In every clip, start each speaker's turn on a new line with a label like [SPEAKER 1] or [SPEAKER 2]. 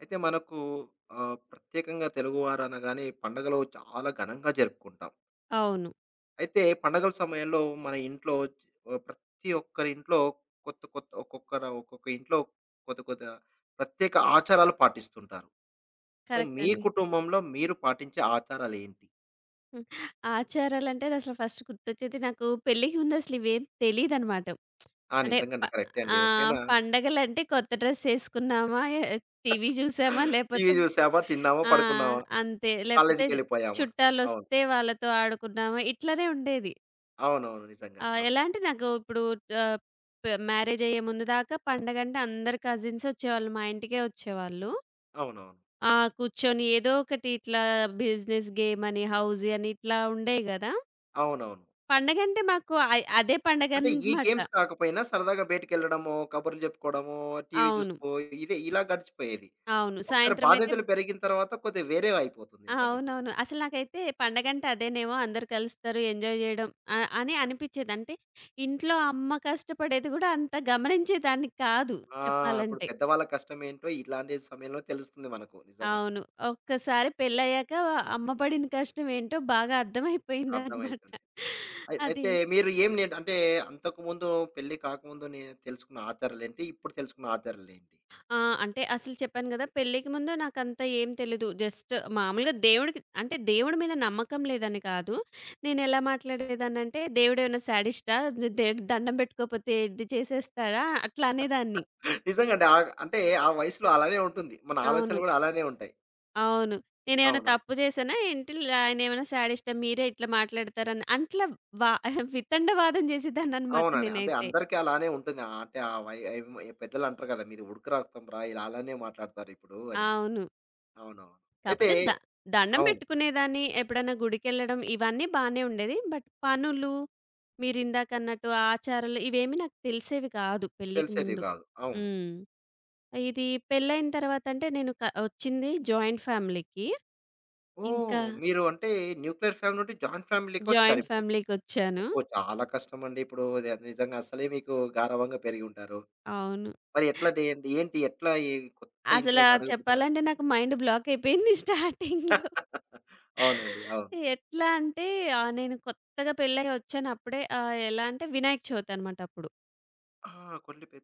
[SPEAKER 1] అయితే మనకు ప్రత్యేకంగా తెలుగువారు అనగానే పండగలు చాలా ఘనంగా జరుపుకుంటాం.
[SPEAKER 2] అవును.
[SPEAKER 1] అయితే పండగల సమయంలో మన ఇంట్లో ప్రతి ఒక్కరి ఇంట్లో కొత్త కొత్త ఒక్కొక్కరు ఒక్కొక్క ఇంట్లో కొత్త కొత్త ప్రత్యేక ఆచారాలు పాటిస్తుంటారు. సో
[SPEAKER 2] కరెక్ట్
[SPEAKER 1] మీ
[SPEAKER 2] అండి.
[SPEAKER 1] కుటుంబంలో మీరు పాటించే ఆచారాలేంటి?
[SPEAKER 2] హ్మ్. ఆచారాలంటే అదసలు ఫస్ట్ గుర్తొచ్చేది నాకు పెళ్ళికి ముందు అసలు ఇవేం తెలీదనమాట.
[SPEAKER 1] ఆ!
[SPEAKER 2] అంటే
[SPEAKER 1] నిజంగండి. కరెక్టే అండి. ఎవరికైనా
[SPEAKER 2] పండగలంటే కొత్త డ్రెస్ ఏసుకున్నామా, టీవీ జూసామా
[SPEAKER 1] టీవీ
[SPEAKER 2] లేపోతే
[SPEAKER 1] చూసామా, తిన్నామా,
[SPEAKER 2] ఆ!
[SPEAKER 1] పడుకున్నామా,
[SPEAKER 2] అంతే. లేపోతే
[SPEAKER 1] కాలేజీకెళ్ళిపోయామా. అవును.
[SPEAKER 2] చుట్టాలొస్తే వాళ్ళతో ఆడుకున్నామా, ఇట్లనే ఉండేది.
[SPEAKER 1] అవునవును. నిజంగా
[SPEAKER 2] ఎలా
[SPEAKER 1] వాస్తవం.
[SPEAKER 2] అంటే నాకు ఇప్పుడు ఆహ్, పె మ్యారేజయ్యే ముందు దాకా పండగంటే అందరు కజిన్స్ ఒచ్చేవాళ్ళు. మా ఇంటికే ఒచ్చేవాళ్ళు.
[SPEAKER 1] అవునవును.
[SPEAKER 2] ఆ! కూర్చొని ఏదో ఒకటి ఇట్లా బిజినెస్ గేమ్ అని, హౌసీ అని ఇట్లా ఉండేవి గదా!
[SPEAKER 1] అవునవును.
[SPEAKER 2] పండగంటే మాకు అదే
[SPEAKER 1] అంటే ఈ
[SPEAKER 2] పండగనమాట.
[SPEAKER 1] గేమ్స్ కాకపోయినా సరదాగా బయటికెళ్ళడమో, కబుర్లు చెప్పుకోవడమో, టీవీ
[SPEAKER 2] అవును.
[SPEAKER 1] చూస్తూ ఇదే ఇలా గడిచిపోయేది.
[SPEAKER 2] అవును.
[SPEAKER 1] ఒకసారి
[SPEAKER 2] సాయంత్రం అయితే
[SPEAKER 1] బాధ్యతలు పెరిగిన తర్వాత కొద్దిగా వేరే అయిపోతుంది నిజంగా. జీవితం.
[SPEAKER 2] అవునవును. అసలు నాకైతే పండగంటే అదేనేమో అందరూ కలుస్తారు, ఎంజాయ్ జేయడం అని అనిపిచ్చేది. అంటే ఇంట్లో అమ్మ కష్టపడేది గూడా అంత గమనించేదాన్ని కాదు
[SPEAKER 1] ఆ! ఇప్పుడు
[SPEAKER 2] చెప్పాలంటే.
[SPEAKER 1] పెద్దవాళ్ళ కష్టమేంటో ఇలాంటి సమయంలో తెలుస్తుంది మనకు నిజంగా.
[SPEAKER 2] అవును. ఒక్కసారి పెళ్ళయ్యాక అమ్మ పడిన కష్టం ఏంటో బాగా అర్థమైపోయిందనమాట.
[SPEAKER 1] అర్థమయితుంది. అయి
[SPEAKER 2] అది
[SPEAKER 1] అయితే మీరు ఏం నే అంటే అంతకుముందు పెళ్లి కాకముందు నే తెలుసుకున్న ఆచారాలేంటి? ఇప్పుడు తెలుసుకున్న ఆచారాలేంటి?
[SPEAKER 2] ఆ! అంటే అసలు చెప్పాను గదా! పెళ్ళికి ముందు నాకంత ఏం తెలీదు. జస్ట్ మామూలుగా దేవుడికి అంటే దేవుడి మీద నమ్మకం లేదని కాదు. నేనెలా మాట్లాడేదాన్నంటే దేవుడేమైనా శాడిస్టా? దేవుడు దండం పెట్టుకోకపోతే ఇది చేసేస్తాడా? అట్లా అనేదాన్ని.
[SPEAKER 1] నిజంగా అండి. అంటే ఆ వయసులో అలానే ఉంటుంది. మన
[SPEAKER 2] అవును.
[SPEAKER 1] ఆలోచనలు కూడా అలానే ఉంటాయి.
[SPEAKER 2] అవును. నేనేమైనా
[SPEAKER 1] అవును.
[SPEAKER 2] తప్పు చేశానా ఏంటి? ఆయనేమైనా శాడిస్టా? మీరే ఇట్లా మాట్లాడతారని అట్లా వా వితండవాదం చేసేదాన్ననమాట
[SPEAKER 1] అవునండి. అంటే
[SPEAKER 2] నేనైతే.
[SPEAKER 1] అందరికీ అలానే ఉంటుంది. అంటే ఆ వై ఏమో పెద్దలంటారు కదా! "మీది ఉడుకు రక్తంరా ఇలా అలానే మాట్లాడతారిప్పుడు" అని.
[SPEAKER 2] అవును.
[SPEAKER 1] అవునవును. అయితే
[SPEAKER 2] కాపోతే దండం
[SPEAKER 1] అవును.
[SPEAKER 2] పెట్టుకునేదాన్ని. ఎప్పుడైనా గుడికెళ్ళడం ఇవన్నీ బానే ఉండేది. బట్ పనులు, మీరిందాకన్నట్టు ఆచారాలు ఇవేమి నాకు తెలిసేవి కాదు పెళ్ళికి
[SPEAKER 1] తెలిసేటివి
[SPEAKER 2] ముందు.
[SPEAKER 1] కాదు. అవును.
[SPEAKER 2] హ్మ్. ఇది పెళ్ళైన తర్వాత అంటే నేను వచ్చింది జాయింట్ ఫ్యామిలీకి.
[SPEAKER 1] ఓహ్!
[SPEAKER 2] ఇంకా
[SPEAKER 1] మీరు అంటే న్యూక్లియర్ ఫ్యామిలీ నుండి జాయింట్
[SPEAKER 2] జాయింట్
[SPEAKER 1] ఫ్యామిలీకొచ్చారిప్పుడు.
[SPEAKER 2] ఫ్యామిలీకొచ్చాను.
[SPEAKER 1] అబ్బో! చాలా కష్టమండి. ఇప్పుడు అది నిజంగా అసలే మీకు గారాబంగా పెరిగి ఉంటారు.
[SPEAKER 2] అవును.
[SPEAKER 1] మరి ఎట్లా డేంటి ఏంటి ఎట్లా ఈ కొత్త
[SPEAKER 2] అసలా
[SPEAKER 1] ఇంట్లోకి అడుగుపెట్టారు?
[SPEAKER 2] చెప్పాలంటే నాకు మైండ్ బ్లాక్ అయిపోయింది స్టార్టింగ్‌లో.
[SPEAKER 1] అవునండి. అవును.
[SPEAKER 2] ఎట్లా అంటే నేను కొత్తగా పెళ్ళై వచ్చాను అప్పుడే. ఎలా అంటే వినాయక చవితి అనమాట అప్పుడు.
[SPEAKER 1] ఆ! కొల్లి పె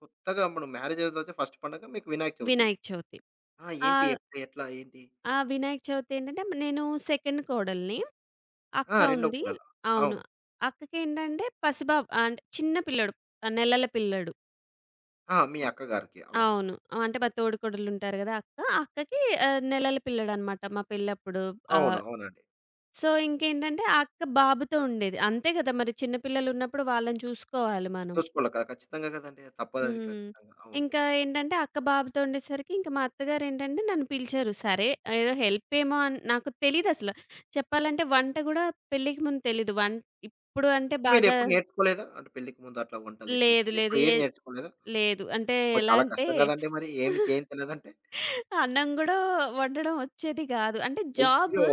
[SPEAKER 1] కొత్తగా మనం మ్యారేజ్ అయిన తర్వాత ఫస్ట్ పండగ మీకు వినాయక చవితి.
[SPEAKER 2] వినాయక చవితి.
[SPEAKER 1] ఆ!
[SPEAKER 2] ఆ!
[SPEAKER 1] ఏంటి ఎప్పుడు ఎట్లా ఏంటి?
[SPEAKER 2] ఆ వినాయక చవితి ఏంటంటే నేను సెకండ్ కోడలిని.
[SPEAKER 1] ఆ!
[SPEAKER 2] అక్క
[SPEAKER 1] రెండో
[SPEAKER 2] ఉంది.
[SPEAKER 1] కోడలు.
[SPEAKER 2] అవును.
[SPEAKER 1] అవును.
[SPEAKER 2] అక్కకేంటంటే పసిబాబు, అంటే చిన్న పిల్లోడు. నెలల పిల్లోడు.
[SPEAKER 1] ఆ! మీ
[SPEAKER 2] అ
[SPEAKER 1] అక్కగారికి. అవును.
[SPEAKER 2] అవును. అంటే మా తోడికోడలుంటారు గదా! అక్క. ఆ అక్కకి నెలల పిల్లోడనమాట మా పెళ్ళప్పుడు.
[SPEAKER 1] అవును.
[SPEAKER 2] ఆహ్,
[SPEAKER 1] అవునండి.
[SPEAKER 2] సో, ఇంకేంటంటే ఆ అక్క బాబుతో ఉండేది. అంతే గదా! మరి చిన్న పిల్లలున్నప్పుడు వాళ్ళని చూసుకోవాలి మనం.
[SPEAKER 1] చూసుకోవాలి కదా! ఖచ్చితంగా కదండీ. తప్పదది
[SPEAKER 2] హ్మ్.
[SPEAKER 1] ఖచ్చితంగా. అవును.
[SPEAKER 2] ఇంకా ఏంటంటే అక్క బాబుతో ఉండేసరికి ఇంక మా అత్తగారేంటంటే నన్ను పిలిచారు. సరే ఏదో హెల్ప్ ఏమో అని నాకు తెలీదసల. చెప్పాలంటే వంట గూడా పెళ్ళికి ముందు తెలీదు. ఇప్పుడు అంటే
[SPEAKER 1] అంటే
[SPEAKER 2] బాగా
[SPEAKER 1] మీరెప్పుడు నేర్చుకోలేదా? అంటే పెళ్ళికి ముందు అట్లా వంటలు ఇట్లా
[SPEAKER 2] లేదు. లేదు.
[SPEAKER 1] ఎప్పుడు ఏది నేర్చుకోలేదా?
[SPEAKER 2] లేదు. అంటే
[SPEAKER 1] ఓహ్!
[SPEAKER 2] ఎలా
[SPEAKER 1] చాలా
[SPEAKER 2] అంటే
[SPEAKER 1] కష్టం కదండీ మరి. ఏమి ఏం తెలియదంటే?
[SPEAKER 2] అన్నం గూడా వండడం వచ్చేది గాదు. అంటే జాబ్,
[SPEAKER 1] అయ్యో!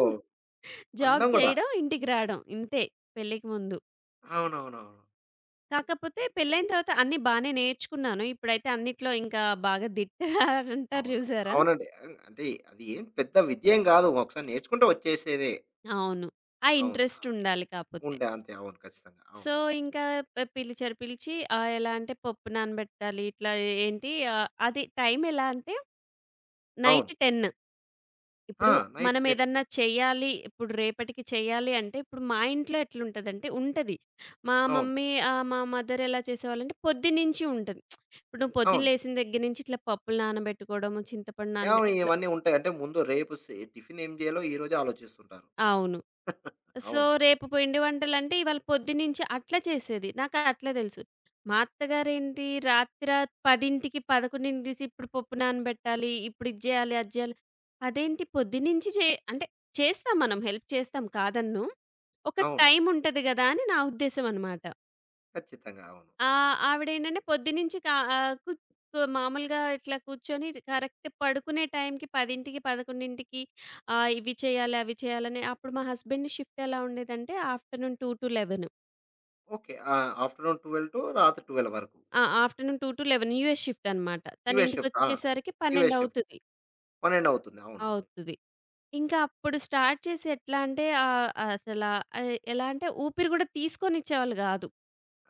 [SPEAKER 2] జాబ్
[SPEAKER 1] అన్నం గూడా.
[SPEAKER 2] చేయడం, ఇంటికి రావడం ఇంతే పెళ్ళికి ముందు.
[SPEAKER 1] అవునవునవును.
[SPEAKER 2] కాకపోతే పెళ్ళైన తర్వాత అన్నీ బానే నేర్చుకున్నాను. ఇప్పుడైతే అన్నిట్లో ఇంకా బాగా దిట్ట అంటారు
[SPEAKER 1] అవును.
[SPEAKER 2] జూసారా?
[SPEAKER 1] అవునండి. అన్ అంటే అది ఏం పెద్ద విద్య ఏం గాదు. ఒకసారి నేర్చుకుంటే వచ్చేసేదే.
[SPEAKER 2] అవును. ఆ
[SPEAKER 1] అవును. ఆ!
[SPEAKER 2] ఇంట్రెస్ట్ ఉండాలి కాపోతే.
[SPEAKER 1] ఉండే అంతే. అవును. ఖచ్చితంగా. అవును.
[SPEAKER 2] సో, ఇంకా పిలిచారు. పిలిచి ఎలా అంటే పప్పు నానబెట్టాలి. ఇట్లా ఏంటి అది టైం ఎలా అంటే
[SPEAKER 1] అవును.
[SPEAKER 2] నైట్ 10.
[SPEAKER 1] ఆ!
[SPEAKER 2] ఇప్పుడు
[SPEAKER 1] నైట్
[SPEAKER 2] మనం
[SPEAKER 1] 10
[SPEAKER 2] ఏదన్నా చెయ్యాలి. ఇప్పుడు రేపటికి చెయ్యాలి అంటే ఇప్పుడు మా ఇంట్లో ఎట్లుంటదంటే ఉంటది.
[SPEAKER 1] అవును.
[SPEAKER 2] మా మదర్ ఎలా చేసేవాళ్ళంటే పొద్దున్నుంచి ఉంటది. ఇప్పుడు నువ్వు పొద్దున్న
[SPEAKER 1] అవును.
[SPEAKER 2] లేసిన దగ్గర నుంచి ఇట్లా పప్పులు నానబెట్టుకోవడము, చింతపండు
[SPEAKER 1] అవును.
[SPEAKER 2] నానబెట్టి ఇట్లా
[SPEAKER 1] ఇవన్నీ ఉంటాయి. అంటే ముందు రేపు టిఫిన్ ఏం జేయాలో ఈరోజే ఆలోచిస్తుంటారు.
[SPEAKER 2] అవును. సో,
[SPEAKER 1] అవును.
[SPEAKER 2] రేపు పిండి వంటలంటే ఇవాళ పొద్దున్నుంచి అట్లా చేసేది. నాకు అట్లా తెలుసు. మా అత్తగారేంటి 10కి, 11కి తీసి ఇప్పుడు పప్పు నానబెట్టాలి. ఇప్పుడు ఇది జేయాలి, అది జేయాలి. అదేంటి పొద్దున్నుంచి అంటే చేస్తాం మనం, హెల్ప్ చేస్తాం కాదనను. ఒక
[SPEAKER 1] అవును.
[SPEAKER 2] టైమ్ ఉంటది గదా! అని నా ఉద్దేశ్యం అనమాట.
[SPEAKER 1] ఖచ్చితంగా. అవును.
[SPEAKER 2] ఆ! ఆవిడేంటంటే పొద్దునుంచి కా ఆహ్, కు కు మామూలుగా ఇట్లా కూర్చొని కరెక్ట్ పడుకునే టైంకి 10:00, 11:00, ఇవి చేయాలి, అవి చేయాలని, అప్పుడు మా హస్బెండ్ షిఫ్ట్ ఎలా ఉండేదంటే ఆఫ్టర్‌నూన్ 2-11.
[SPEAKER 1] ఓకే. ఆఫ్టర్‌నూన్ 12 టు రాత్రి 12 వరకు.
[SPEAKER 2] ఆ! ఆఫ్టర్‌నూన్ 2-11 యూఎస్ షిఫ్ట్ అనమాట. తను
[SPEAKER 1] ఇవే షిఫ్ట్. ఆ!
[SPEAKER 2] ఇంటికొచ్చేసరికి
[SPEAKER 1] ఇవే
[SPEAKER 2] 12
[SPEAKER 1] షిఫ్ట్.
[SPEAKER 2] అవుతది.
[SPEAKER 1] 12 అవును.
[SPEAKER 2] అవుతది. ఇంకా అప్పుడు స్టార్ట్ చేసి ఎట్లా అంటే అసలా ఎలా అంటే ఊపిరి గూడా తీసుకోనిచ్చేవాళ్ళు గాదు.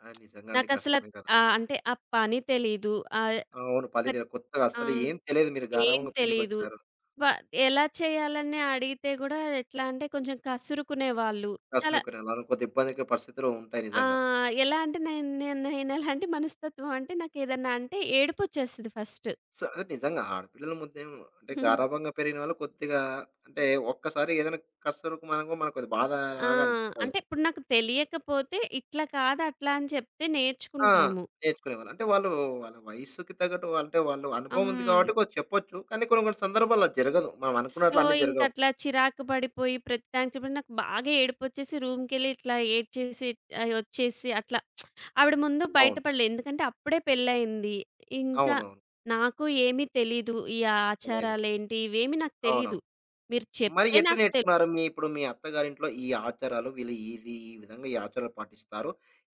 [SPEAKER 1] ఆ! నిజంగా అండి
[SPEAKER 2] నాకసల
[SPEAKER 1] కష్టమే కదా!
[SPEAKER 2] అంటే ఆ పని తెలీదు. ఆహ్,
[SPEAKER 1] అవును.
[SPEAKER 2] ప్ర
[SPEAKER 1] పల్లిదె కొత్తగా
[SPEAKER 2] ఆ!
[SPEAKER 1] అస్సలు ఏం తెలియదు. మీరు
[SPEAKER 2] ఏం
[SPEAKER 1] గారాబంగా
[SPEAKER 2] తెలీదు.
[SPEAKER 1] పెరిగొచ్చారు.
[SPEAKER 2] వ ఎలా చేయాలని అడిగితే గూడా ఎట్లా అంటే కొంచెం కసురుకునేవాళ్ళు. చాలా
[SPEAKER 1] కసురుకుని అలా కొద్ది ఇబ్బందికర పరిస్థితులు ఉంటాయి నిజంగా.
[SPEAKER 2] ఎలా అంటే నేను నేను నేనెలాంటి మనస్తత్వం అంటే నాకేదన్నా అంటే ఏడుపొచ్చేస్తది ఫస్ట్.
[SPEAKER 1] సో, అదే నిజంగా ఆడపిల్లల ముద్దేం అంటే గారాబంగా పెరిగిన వాళ్ళు కొద్దిగా అంటే ఒక్కసారి ఏదైనా కసురుకు మనకు మనకు కొద్ది బాధ
[SPEAKER 2] ఆ!
[SPEAKER 1] లాగా అనిపిస్తది.
[SPEAKER 2] అంటే ఇప్పుడు నాకు తెలియకపోతే ఇట్లా కాదు అట్లా అని చెప్తే
[SPEAKER 1] ఆ!
[SPEAKER 2] నేర్చుకుంటాము.
[SPEAKER 1] నేర్చుకునేవాళ్ళు. అంటే వాళ్ళు వాళ్ళ వయస్సుకి తగ్గట్టు అంటే వాళ్ళు అనుభవం ఉంది
[SPEAKER 2] హ్మ్.
[SPEAKER 1] కాబట్టి కొ చెప్పొచ్చు. కానీ కొన్ని కొన్ని సందర్భాల్లో అది జరగదు. మనం
[SPEAKER 2] సో,
[SPEAKER 1] అనుకున్నట్లు అన్నీ జరగవు.
[SPEAKER 2] ఇంకట్లా చిరాకు పడిపోయి ప్రతి దానికి నాకు బాగా ఏడుపొచ్చేసి రూమ్‌కెళ్ళి ఇట్లా ఏడ్చేసి ఒచ్చేసి అట్లా ఆవిడ ముందు
[SPEAKER 1] అవును.
[SPEAKER 2] బయటపడలే. ఎందుకంటే అప్పుడే పెళ్లయింది. ఇంకా
[SPEAKER 1] అవునవును.
[SPEAKER 2] నాకు ఏమీ తెలీదు. ఈ
[SPEAKER 1] లేదు.
[SPEAKER 2] ఆచారాలేంటి ఇవేమి నాకు తెలీదు.
[SPEAKER 1] అవునవును.
[SPEAKER 2] మీరు
[SPEAKER 1] మరి
[SPEAKER 2] చెప్తే
[SPEAKER 1] ఎట్లా
[SPEAKER 2] నాకు
[SPEAKER 1] నేర్చుకున్నారు? మీ ఇప్పుడు మీ అత్తగారింట్లో ఈ ఆచారాలు వీళ్ళు ఇది ఈ విధంగా ఈ ఆచారాలు పాటిస్తారు.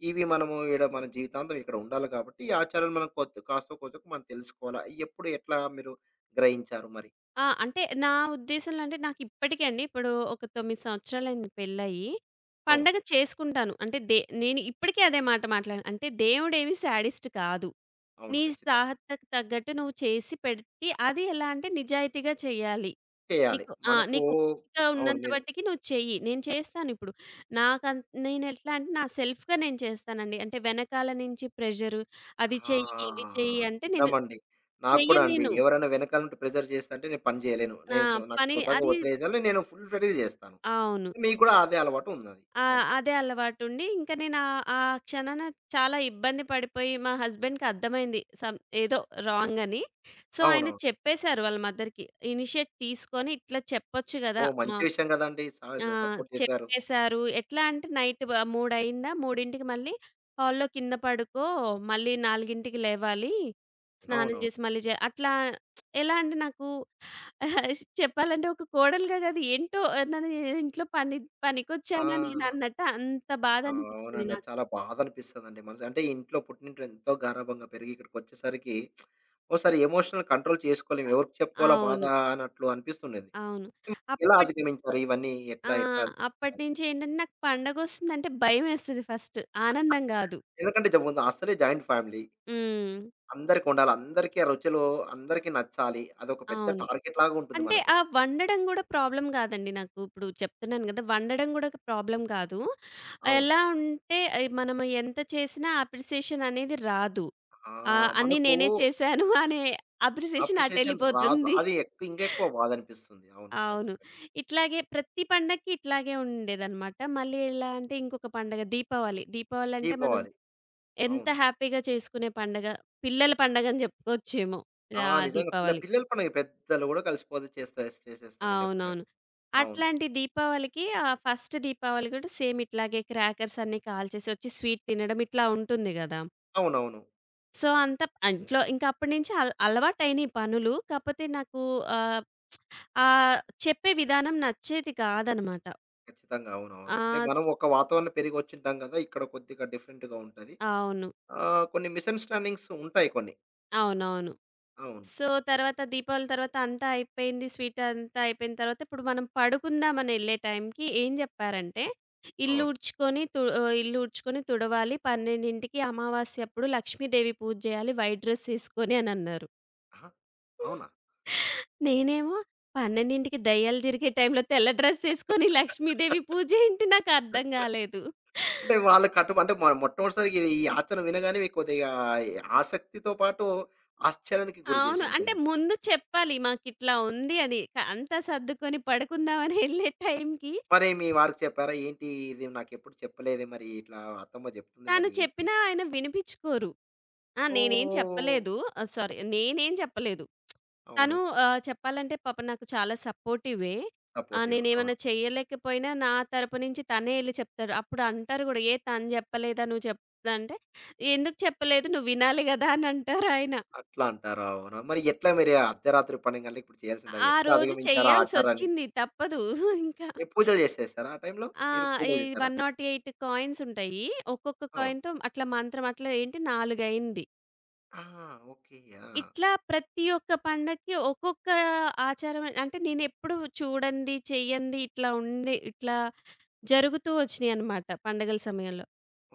[SPEAKER 1] ఇవి మనము ఈడ మన జీవితాంతం ఇక్కడ ఉండాలి కాబట్టి ఈ ఆచారాలు మనం కొద్ది కాస్తో కూర్చో మనం తెలుసుకోవాలా. ఎప్పుడు ఎట్లా మీరు గ్రహించారు మరి?
[SPEAKER 2] ఆ! అంటే నా ఉద్దేశంలో అంటే నాకిప్పటికి అండి ఇప్పుడు ఒక 9 సంవత్సరాలయింది పెళ్లయ్యి.
[SPEAKER 1] అవును.
[SPEAKER 2] పండగ చేసుకుంటాను. అంటే నేను ఇప్పటికీ అదే మాట మాట్లాడాను. అంటే దేవుడేమి శాడిస్ట్ కాదు.
[SPEAKER 1] అవును.
[SPEAKER 2] నీ
[SPEAKER 1] ఖచ్చితంగా.
[SPEAKER 2] సాహతకు తగ్గట్టు నువ్వు చేసి పెడితే అది ఎలా అంటే నిజాయితీగా చేయాలి.
[SPEAKER 1] చేయాలి.
[SPEAKER 2] ఆ!
[SPEAKER 1] మనకు
[SPEAKER 2] నీకు ఓపిక
[SPEAKER 1] అవును.
[SPEAKER 2] ఉన్నంత
[SPEAKER 1] మీరు
[SPEAKER 2] మట్టికి నువ్వు చెయ్యి. నేను చేస్తానిప్పుడు. నేనెట్లా అంటే నా సెల్ఫ్‌గా నేను చేస్తానండి. అంటే వెనకాల నుంచి ప్రెషరు అది చెయ్యి,
[SPEAKER 1] ఆ!
[SPEAKER 2] ఇది చెయ్యి అంటే నేను
[SPEAKER 1] నిజమండి. నాకు కూడా అండి.
[SPEAKER 2] చెయ్యలేను.
[SPEAKER 1] ఎవరైనా వెనకాల నుండి ప్రెషర్ చేస్తంటే నేను పని చేయలేను.
[SPEAKER 2] నా
[SPEAKER 1] సో నాకు
[SPEAKER 2] పని
[SPEAKER 1] స్వతహాగా
[SPEAKER 2] అది.
[SPEAKER 1] ఒత్తిడేసాను. నేను ఫుల్ ఫ్లెడ్జ్‌గా చేస్తాను.
[SPEAKER 2] అవును.
[SPEAKER 1] మీకు కూడా అదే అలవాటు ఉన్నది. అవును.
[SPEAKER 2] అదే అలవాటుండి ఇంక నేను ఆ క్షణాన చాలా ఇబ్బంది పడిపోయి మా హస్బెండ్‌కి అర్థమైంది. సమ్ ఏదో రాంగ్ అని. సో, ఆయన
[SPEAKER 1] అవునవును.
[SPEAKER 2] చెప్పేశారు వాళ్ళ మదర్‌కి. ఇనిషియేట్ తీసుకొని ఇట్లా చెప్పొచ్చు గదా!
[SPEAKER 1] ఓహ్! మంచి విషయం కదండీ! స
[SPEAKER 2] ఆ!
[SPEAKER 1] స సపోర్ట్ చేశారు.
[SPEAKER 2] చెప్పేసారు. ఎట్లా అంటే నైట్ 3:00, 3కి మళ్ళీ హాల్‌లో కింద పడుకో, మళ్ళీ 4కి లేవాలి. స్నానం
[SPEAKER 1] అవునవును.
[SPEAKER 2] చేసి మళ్ళీ అట్లా ఎలా అంటే నాకు చెప్పాలంటే ఒక కోడలుగా కాదు, ఏంటో నన్ను ఇంట్లో పనికొచ్చానా నేను
[SPEAKER 1] ఆ!
[SPEAKER 2] అన్నట్టు అంత బాధ అనిపించింది
[SPEAKER 1] అవునండి. అది
[SPEAKER 2] నాకు.
[SPEAKER 1] చాలా బాధ అనిపిస్తదండి. మనసు అంటే ఇంట్లో పుట్టినింట్లో ఎంతో గారాబంగా పెరిగి ఇక్కడికొచ్చేసరికి ఓసారి ఎమోషనల్ కంట్రోల్ చేసుకోలేము. ఎవరికి చెప్పుకోవాలో బాధ
[SPEAKER 2] అవును.
[SPEAKER 1] అన్నట్లు అనిపిస్తుండేది.
[SPEAKER 2] అవును.
[SPEAKER 1] ఎలా
[SPEAKER 2] అప్పట్
[SPEAKER 1] అధిగమించారు ఇవన్నీ?
[SPEAKER 2] ఆ!
[SPEAKER 1] ఎట్లా ఎట్లా?
[SPEAKER 2] అప్పటినుంచి ఏంటంటే నాకు పండగొస్తుందంటే భయమేస్తది, ఫస్ట్ ఆనందం కాదు.
[SPEAKER 1] ఎందుకంటే జ ముందు అస్సలే జాయింట్ ఫ్యామిలీ.
[SPEAKER 2] హ్మ్.
[SPEAKER 1] అందరికుండాలి. అందరికీ ఆ రుచులు అందరికీ నచ్చాలి. అదొక పెద్ద
[SPEAKER 2] అవును.
[SPEAKER 1] టార్గెట్‌లాగా ఉంటుంది
[SPEAKER 2] అంటే
[SPEAKER 1] మనకు.
[SPEAKER 2] ఆ వండడం గూడా ప్రాబ్లమ్ గాదండి నాకు. ఇప్పుడు చెప్తున్నాను గదా! వండడం గూడా ఒక ప్రాబ్లమ్ కాదు.
[SPEAKER 1] అవును.
[SPEAKER 2] ఎలా ఉంటే మనం ఎంత చేసినా అప్రిసియేషన్ అనేది రాదు.
[SPEAKER 1] ఆ!
[SPEAKER 2] అన్నీ
[SPEAKER 1] మనకు
[SPEAKER 2] నేనే చేశాను అనే అప్రిసియేషన్
[SPEAKER 1] అప్రిషియేషన్ రాదు.
[SPEAKER 2] అటెళ్ళిపోతుంది.
[SPEAKER 1] అది ఎక్ ఇంకెక్కువ బాధనిపిస్తుంది. అవును.
[SPEAKER 2] అవును.
[SPEAKER 1] ఖచ్చితంగా.
[SPEAKER 2] ఇట్లాగే ప్రతి పండక్కి ఇట్లాగే ఉండేదనమాట. మళ్ళీ ఎలా అంటే ఇంకొక పండగ దీపావళి. దీపావళి అంటే మనం
[SPEAKER 1] దీపావళి.
[SPEAKER 2] ఎంత
[SPEAKER 1] అవును.
[SPEAKER 2] హ్యాపీగా చేసుకునే పండగ. పిల్లల పండగని జెప్పుకోవచ్చేమో.
[SPEAKER 1] ఆ!
[SPEAKER 2] ఆ!
[SPEAKER 1] నిజంగా
[SPEAKER 2] దీపావళి.
[SPEAKER 1] పిల్లల పండుగ. పెద్దలు గూడా కలిసిపోతే చేసేస్తారండి ఆ పండుగ.
[SPEAKER 2] అవునవును.
[SPEAKER 1] అవును.
[SPEAKER 2] అట్లాంటి దీపావళికి ఫస్ట్ దీపావళి కూడా సేమ్ ఇట్లాగే క్రాకర్స్ అన్నీ కాల్చేసి వచ్చి స్వీట్ తినడం ఇట్లా ఉంటుంది గదా!
[SPEAKER 1] అవునవును.
[SPEAKER 2] సో, అంత ఇంట్లో ఇంక అప్పటి నుంచి అలవాటయినయి పనులు. కాపోతే నాకు ఆహ్, ఆహ్, చెప్పే విధానం నచ్చేది కాదనమాట.
[SPEAKER 1] ఖచ్చితంగా. అవునవును.
[SPEAKER 2] ఆ!
[SPEAKER 1] అంటే
[SPEAKER 2] స్
[SPEAKER 1] మనం ఒక వాతావరణం పెరిగొచ్చుంటాం గదా! ఇక్కడ కొద్దిగా డిఫరెంట్‌గా ఉంటది.
[SPEAKER 2] అవును.
[SPEAKER 1] కొన్ని మిస్‌అండర్‌స్టాండింగ్స్ ఉంటాయి కొన్ని.
[SPEAKER 2] అవునవును.
[SPEAKER 1] అవును.
[SPEAKER 2] సో, తర్వాత దీపావళి తర్వాత అంతా అయిపోయింది. స్వీట్ అంతా అయిపోయిన తర్వాత ఇప్పుడు మనం పడుకుందామనెళ్ళే టైంకి ఏం జెప్పారంటే,
[SPEAKER 1] అవును.
[SPEAKER 2] ఇల్లు ఊడ్చుకొని తుడవాలి. 12కి అమావాస్యప్పుడు లక్ష్మీదేవి పూజ జేయాలి, వైట్ డ్రెస్ ఏసుకొని అనన్నారు.
[SPEAKER 1] ఆహా! అవునా?
[SPEAKER 2] నేనేమో 12కి దయ్యాలు తిరిగే టైంలో తెల్ల డ్రెస్ ఏసుకొని లక్ష్మీదేవి పూజ ఏంటి నాకర్థం గాలేదు.
[SPEAKER 1] అంటే వాళ్ళకి అటు అంటే మొట్టమొదటిసారి ఇది ఈ ఆచరణ వినగానే మీకు కొద్దిగా ఆసక్తితో పాటు ఆశ్చర్యానికి గురి చేసి
[SPEAKER 2] అవును. అంటే
[SPEAKER 1] ఉంటుంది.
[SPEAKER 2] ముందు చెప్పాలి, మాకిట్లా ఉంది అని. అంతా సర్దుకొని పడుకుందామని ఎళ్ళే టైంకి
[SPEAKER 1] మరి మీ వారికి చెప్పారా? "ఏంటి ఇది నాకెప్పుడు చెప్పలేదే మరి ఇట్లా అత్తమ్మ చెప్తుంది
[SPEAKER 2] తను
[SPEAKER 1] మరి ఏంటి?"
[SPEAKER 2] చెప్పినా ఆయన వినిపించుకోరు. ఆ! నేనేం
[SPEAKER 1] ఓహ్!
[SPEAKER 2] చెప్పలేదు. సారీ నేనేం చెప్పలేదు.
[SPEAKER 1] అవును.
[SPEAKER 2] తను చెప్పాలంటే పాపం నాకు చాలా సపోర్టివే.
[SPEAKER 1] సపోర్టివ్. అవును.
[SPEAKER 2] నేనేమన్నా చేయలేకపోయినా నా తరపు నుంచి తనే ఎళ్లి చెప్తాడు. అప్పుడు అంటారు గూడా, "ఏ తను చెప్పలేదా? నువ్వు చెప్తుందంటే ఎందుకు చెప్పలేదు? నువ్వు వినాలి గదా!" అని అంటారాయన.
[SPEAKER 1] అట్లా అంటారు. అవును. మరి ఎట్లా మరి అర్ధరాత్రి 12 గంటలకి ఇప్పుడు చేయాల్సిందా?
[SPEAKER 2] ఆ
[SPEAKER 1] ఎట్లా
[SPEAKER 2] రోజు
[SPEAKER 1] అధిగమించారు ఆ ఆచారాన్ని?
[SPEAKER 2] చెయ్యాల్సొచ్చింది. తప్పదు. ఇంకా.
[SPEAKER 1] ఏ పూజలు చేసేసారా ఆ టైంలో?
[SPEAKER 2] ఆ!
[SPEAKER 1] మీరు
[SPEAKER 2] ఈ
[SPEAKER 1] పూజలు చేసారా?
[SPEAKER 2] 108 కాయిన్స్ ఉంటాయి. ఒక్కొక్క
[SPEAKER 1] అవును.
[SPEAKER 2] కాయిన్‌తో అట్లా మంత్రం అట్లా ఏంటి 4 అయింది.
[SPEAKER 1] ఆ! ఓకే. ఆ!
[SPEAKER 2] ఇట్లా ప్రతి ఒక్క పండక్కి ఒక్కొక్క ఆచారం అంటే నేనెప్పుడు చూడంది, చెయ్యంది, ఇట్లా ఉండి ఇట్లా జరుగుతూ వచ్చినియనమాట పండగల సమయంలో.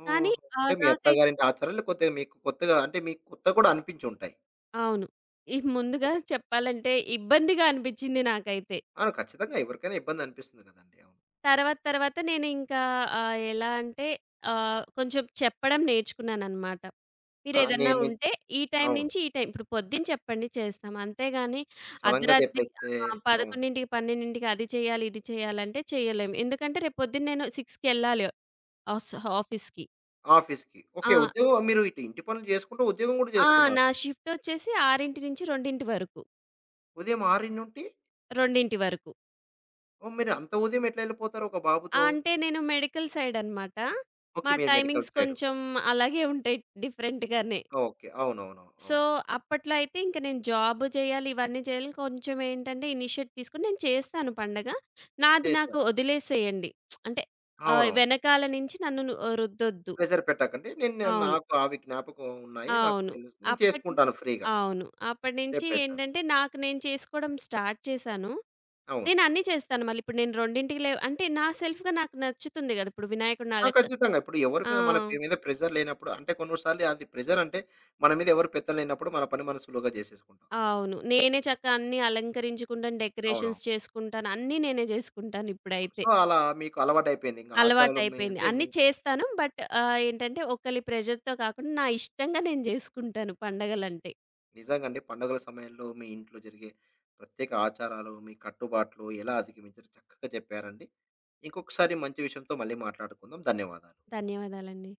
[SPEAKER 1] ఓహో!
[SPEAKER 2] కానీ
[SPEAKER 1] అంటే
[SPEAKER 2] ఆహ్,
[SPEAKER 1] మీ
[SPEAKER 2] నాకై
[SPEAKER 1] అత్తగారింటి ఆచారాలు కొద్దిగా మీకు కొత్తగా అంటే మీకు కొత్తగా కూడా అనిపించుంటాయి.
[SPEAKER 2] అవును. ఈ ముందుగా చెప్పాలంటే ఇబ్బందిగా అనిపిచ్చింది నాకైతే.
[SPEAKER 1] అవును. ఖచ్చితంగా ఎవరికైనా ఇబ్బందనిపిస్తుంది గదండీ. అవును.
[SPEAKER 2] తర్వాత తర్వాత నేనింకా ఎలా అంటే కొంచెం చెప్పడం నేర్చుకున్నాననమాట.
[SPEAKER 1] ఆ!
[SPEAKER 2] మీరేదన్నా
[SPEAKER 1] నేను నేను-
[SPEAKER 2] ఉంటే ఈ టైం
[SPEAKER 1] అవును.
[SPEAKER 2] నుంచి ఈ టైం ఇప్పుడు పొద్దున చెప్పండి, చేస్తాం. అంతేగాని
[SPEAKER 1] సడెన్‌గా
[SPEAKER 2] అర్ధరాత్రి
[SPEAKER 1] చెప్పేస్తే అవును.
[SPEAKER 2] 11:00, 12:00 అది చేయాలి, ఇది చేయాలంటే చేయలేము. ఎందుకంటే రేపు పొద్దున్న నేను 6:00కెళ్ళాలి ఆస్ ఆఫీస్‌కి.
[SPEAKER 1] ఆఫీస్‌కి.
[SPEAKER 2] ఆ!
[SPEAKER 1] ఓకే. ఉద్యోగం మీరు ఇటు ఇంటి పనులు చేసుకుంటూ ఉద్యోగం గూడా
[SPEAKER 2] ఆ!
[SPEAKER 1] జేస్తున్నారు.
[SPEAKER 2] నా షిఫ్టొచ్చేసి 6:00-2:00 వరకు.
[SPEAKER 1] ఉదయం 6:00
[SPEAKER 2] 2:00 వరకు.
[SPEAKER 1] ఓహ్! మీరు అంత ఉదయం ఎట్లా ఎళ్ళిపోతారు ఒక
[SPEAKER 2] ఆ!
[SPEAKER 1] బాబుతో?
[SPEAKER 2] అంటే నేను మెడికల్ సైడనమాట.
[SPEAKER 1] ఓకే.
[SPEAKER 2] మా
[SPEAKER 1] మీరు మెడికల్
[SPEAKER 2] టైమింగ్స్
[SPEAKER 1] సైడ్.
[SPEAKER 2] కొంచెం అలాగే ఉంటాయి డిఫరెంట్‌గానే.
[SPEAKER 1] ఓకే. అవునవును.
[SPEAKER 2] సో,
[SPEAKER 1] అవును.
[SPEAKER 2] అప్పట్లో అయితే ఇంక నేను జాబ్ చేయాలి, ఇవన్నీ చేయాలి. కొంచెం ఏంటంటే ఇనిషియేట్ తీసుకొని నేను చేస్తాను పండగ. నాది నాకు
[SPEAKER 1] చేశారు.
[SPEAKER 2] వదిలేసేయండి. అంటే
[SPEAKER 1] అవునవును.
[SPEAKER 2] వెనకాల నుంచి నన్ను రుద్దొద్దు.
[SPEAKER 1] ప్రెషర్ పెట్టకండి. నేను నేను-
[SPEAKER 2] అవును.
[SPEAKER 1] నాకు అవి జ్ఞాపకం ఉన్నాయి. నాకు
[SPEAKER 2] అవును.
[SPEAKER 1] తెలుసు. నేను
[SPEAKER 2] అప్పటి
[SPEAKER 1] చేసుకుంటాను ఫ్రీగా.
[SPEAKER 2] అవును. అప్పటినుంచి
[SPEAKER 1] చెప్పేసాను.
[SPEAKER 2] ఏంటంటే నాకు నేను చేసుకోవడం స్టార్ట్ చేశాను.
[SPEAKER 1] అవును.
[SPEAKER 2] నేను అన్నీ చేస్తాను మళ్ళీ. ఇప్పుడు నేను 2కి అంటే నా సెల్ఫ్‌గా నాకు నచ్చుతుంది కదా! ఇప్పుడు వినాయకుడిని
[SPEAKER 1] ఆ! ఖచ్చితంగా. ఇప్పుడు ఎవరి
[SPEAKER 2] ఆ!
[SPEAKER 1] మీద మన పే మీద ప్రెషర్ లేనప్పుడు అంటే కొన్నిసార్లు అది ప్రెషర్ అంటే మన మీద ఎవరు పెత్తనం లేనప్పుడు మన పని మనం సులువుగా చేసేసుకుంటాం.
[SPEAKER 2] అవును. నేనే చక్కగా అన్నీ అలంకరించుకుంటాను,
[SPEAKER 1] అవునవును.
[SPEAKER 2] డెకరేషన్స్ చేసుకుంటాను. అన్నీ నేనే చేసుకుంటాను ఇప్పుడైతే.
[SPEAKER 1] సో, అలా మీకు అలవాటైపోయింది. ఇంక ఆచారాలు మీ
[SPEAKER 2] అలవాటయిపోయింది.
[SPEAKER 1] అంటే
[SPEAKER 2] అన్నీ
[SPEAKER 1] మీ
[SPEAKER 2] చేస్తాను. బట్ ఏంటంటే ఒకలి ప్రెషర్‌తో కాకుండా నా ఇష్టంగా నేను జేసుకుంటాను పండగలంటే.
[SPEAKER 1] నిజంగా అండి పండుగల సమయంలో మీ ఇంట్లో జరిగే ప్రత్యేక ఆచారాలు, మీ కట్టుబాట్లు ఎలా అధిగమించారో చక్కగా చెప్పారండి. ఇంకొకసారి మంచి విషయంతో మళ్ళీ మాట్లాడుకుందాం. ధన్యవాదాలు.
[SPEAKER 2] ధన్యవాదాలండి.